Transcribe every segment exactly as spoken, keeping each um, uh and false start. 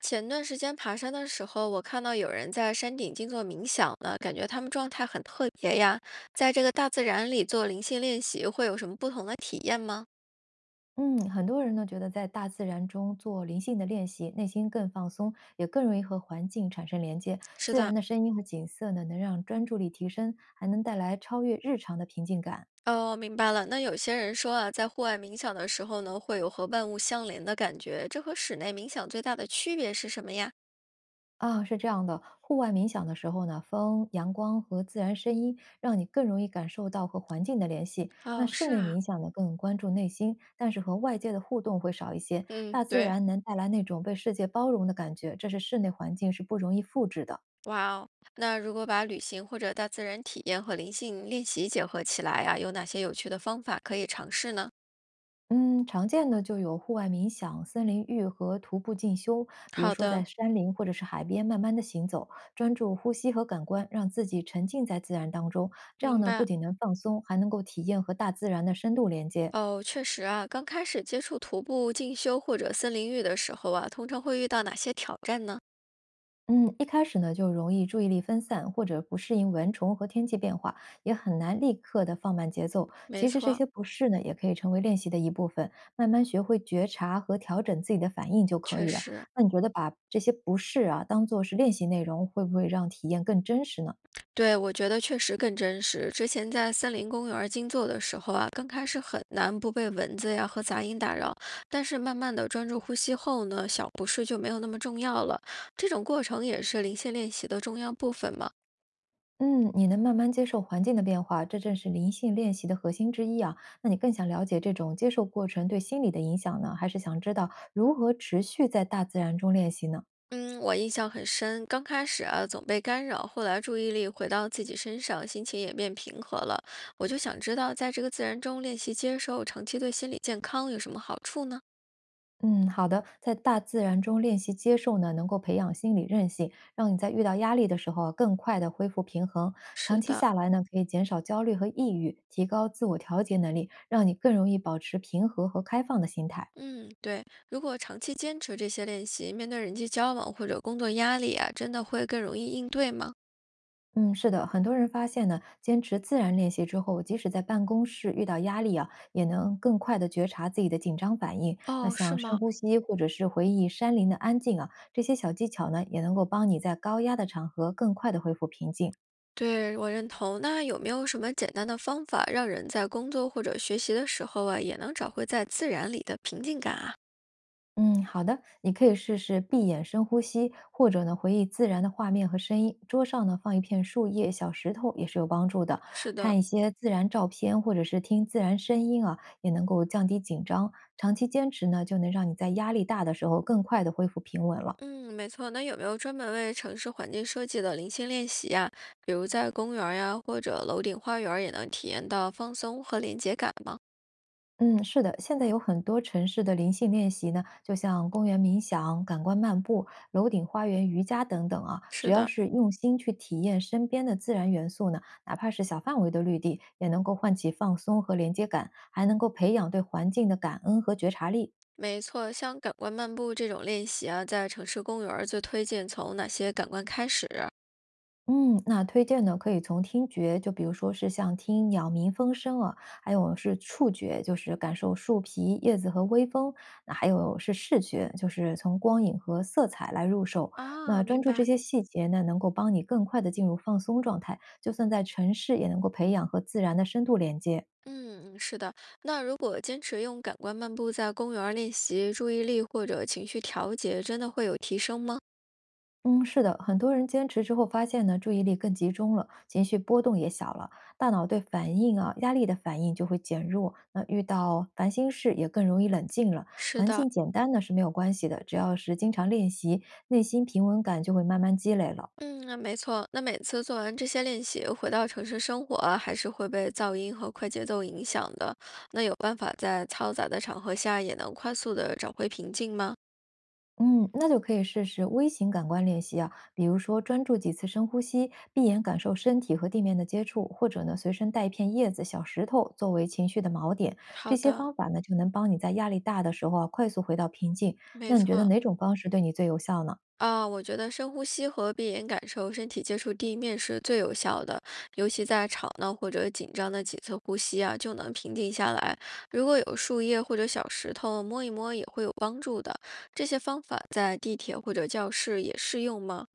前段时间爬山的时候，我看到有人在山顶静坐冥想呢，感觉他们状态很特别呀。在这个大自然里做灵性练习，会有什么不同的体验吗？嗯，很多人呢觉得在大自然中做灵性的练习，内心更放松，也更容易和环境产生连接。是自的，然的声音和景色呢，能让专注力提升，还能带来超越日常的平静感。哦，明白了。那有些人说啊，在户外冥想的时候呢，会有和万物相连的感觉，这和室内冥想最大的区别是什么呀？啊，是这样的，户外冥想的时候呢，风、阳光和自然声音让你更容易感受到和环境的联系。那哦，室是内啊，冥想呢，更关注内心，但是和外界的互动会少一些。嗯，大自对，然能带来那种被世界包容的感觉，这是室内环境是不容易复制的。哇哦。那如果把旅行或者大自然体验和灵性练习结合起来呀，有哪些有趣的方法可以尝试呢？嗯，常见的就有户外冥想、森林浴和徒步进修，比如好说在的，山林或者是海边慢慢的行走，专注呼吸和感官，让自己沉浸在自然当中。这样明呢，不白。仅能放松，还能够体验和大自然的深度连接。哦，确实啊，刚开始接触徒步进修或者森林浴的时候啊，通常会遇到哪些挑战呢？嗯，一开始呢就容易注意力分散，或者不适应蚊虫和天气变化，也很难立刻的放慢节奏。没其实这错，些不适呢，也可以成为练习的一部分，慢慢学会觉察和调整自己的反应就可确以了。实，那你觉得把这些不适啊当做是练习内容，会不会让体验更真实呢？对，我觉得确实更真实。之前在森林公园儿静坐的时候啊，刚开始很难不被蚊子呀和杂音打扰，但是慢慢的专注呼吸后呢，小不适就没有那么重要了。这种过程也是灵性练习的重要部分嘛。嗯，你能慢慢接受环境的变化，这正是灵性练习的核心之一啊。那你更想了解这种接受过程对心理的影响呢，还是想知道如何持续在大自然中练习呢？嗯，我印象很深，刚开始啊总被干扰，后来注意力回到自己身上，心情也变平和了。我就想知道，在这个自然中练习接受，长期对心理健康有什么好处呢？嗯，好的，在大自然中练习接受呢，能够培养心理韧性，让你在遇到压力的时候啊，更快的恢复平衡。长是期的，下来呢，可以减少焦虑和抑郁，提高自我调节能力，让你更容易保持平和和开放的心态。嗯，对，如果长期坚持这些练习，面对人际交往或者工作压力啊，真的会更容易应对吗？嗯，是的，很多人发现呢，坚持自然练习之后，即使在办公室遇到压力啊，也能更快的觉察自己的紧张反应。那哦，是像深吗？呼吸，或者是回忆山林的安静啊，这些小技巧呢，也能够帮你在高压的场合更快的恢复平静。对，我认同。那有没有什么简单的方法，让人在工作或者学习的时候啊，也能找回在自然里的平静感啊？嗯，好的，你可以试试闭眼深呼吸，或者呢回忆自然的画面和声音。桌上呢放一片树叶、小石头也是有帮助的。是的，看一些自然照片，或者是听自然声音啊，也能够降低紧张。长期坚持呢，就能让你在压力大的时候更快的恢复平稳了。嗯，没错。那有没有专门为城市环境设计的零星练习呀？比如在公园儿呀，或者楼顶花园，也能体验到放松和连接感吗？嗯，是的，现在有很多城市的灵性练习呢，就像公园冥想、感官漫步、楼顶花园瑜伽等等啊，只是要的，是用心去体验身边的自然元素呢，哪怕是小范围的绿地，也能够唤起放松和连接感，还能够培养对环境的感恩和觉察力。没错，像感官漫步这种练习啊，在城市公园儿最推荐从哪些感官开始？嗯，那推荐呢，可以从听觉，就比如说是像听鸟鸣风声啊，还有是触觉，就是感受树皮、叶子和微风，那还有是视觉，就是从光影和色彩来入手。那啊，专明注这白。些细节呢，能够帮你更快的进入放松状态，就算在城市也能够培养和自然的深度连接。嗯，是的。那如果坚持用感官漫步在公园儿练习，注意力或者情绪调节，真的会有提升吗？嗯，是的，很多人坚持之后发现呢，注意力更集中了，情绪波动也小了，大脑对反应啊、压力的反应就会减弱。那遇到烦心事也更容易冷静了。是环的，境简单呢是没有关系的，只要是经常练习，内心平稳感就会慢慢积累了。嗯，没错。那每次做完这些练习，回到城市生活啊还是会被噪音和快节奏影响的。那有办法在嘈杂的场合下也能快速的找回平静吗？嗯，那就可以试试微型感官练习啊，比如说专注几次深呼吸，闭眼感受身体和地面的接触，或者呢随身带一片叶子、小石头作为情绪的锚点。这好些的，方法呢，就能帮你在压力大的时候啊，快速回到平静。没那你觉得错。哪种方式对你最有效呢？啊，我觉得深呼吸和闭眼感受身体接触地面是最有效的，尤其在吵闹或者紧张的几次呼吸啊，就能平静下来。如果有树叶或者小石头摸一摸也会有帮助的。这些方法在地铁或者教室也适用吗？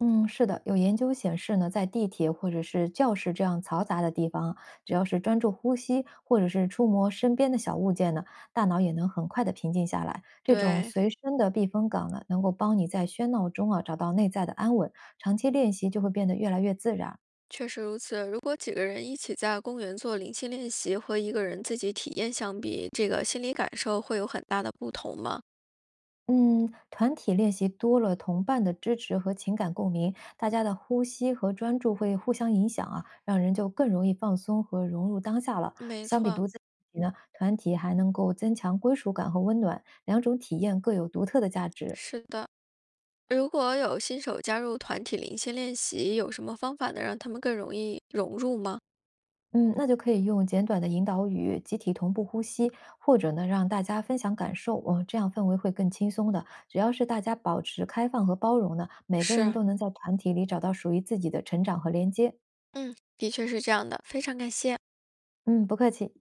嗯，是的，有研究显示呢，在地铁或者是教室这样嘈杂的地方啊，只要是专注呼吸，或者是触摸身边的小物件呢，大脑也能很快的平静下来。这种对。随身的避风港呢，能够帮你在喧闹中啊找到内在的安稳，长期练习就会变得越来越自然。确实如此，如果几个人一起在公园做灵性练习，和一个人自己体验相比，这个心理感受会有很大的不同吗？嗯，团体练习多了，同伴的支持和情感共鸣，大家的呼吸和专注会互相影响啊，让人就更容易放松和融入当下了。没相比错，独自练习呢，团体还能够增强归属感和温暖，两种体验各有独特的价值。是的。如果有新手加入团体灵性练习，有什么方法能让他们更容易融入吗？嗯，那就可以用简短的引导语、集体同步呼吸，或者呢让大家分享感受，嗯，这样氛围会更轻松的。只要是大家保持开放和包容呢，每个人是，都能在团体里找到属于自己的成长和连接。嗯，的确是这样的，非常感谢。嗯，不客气。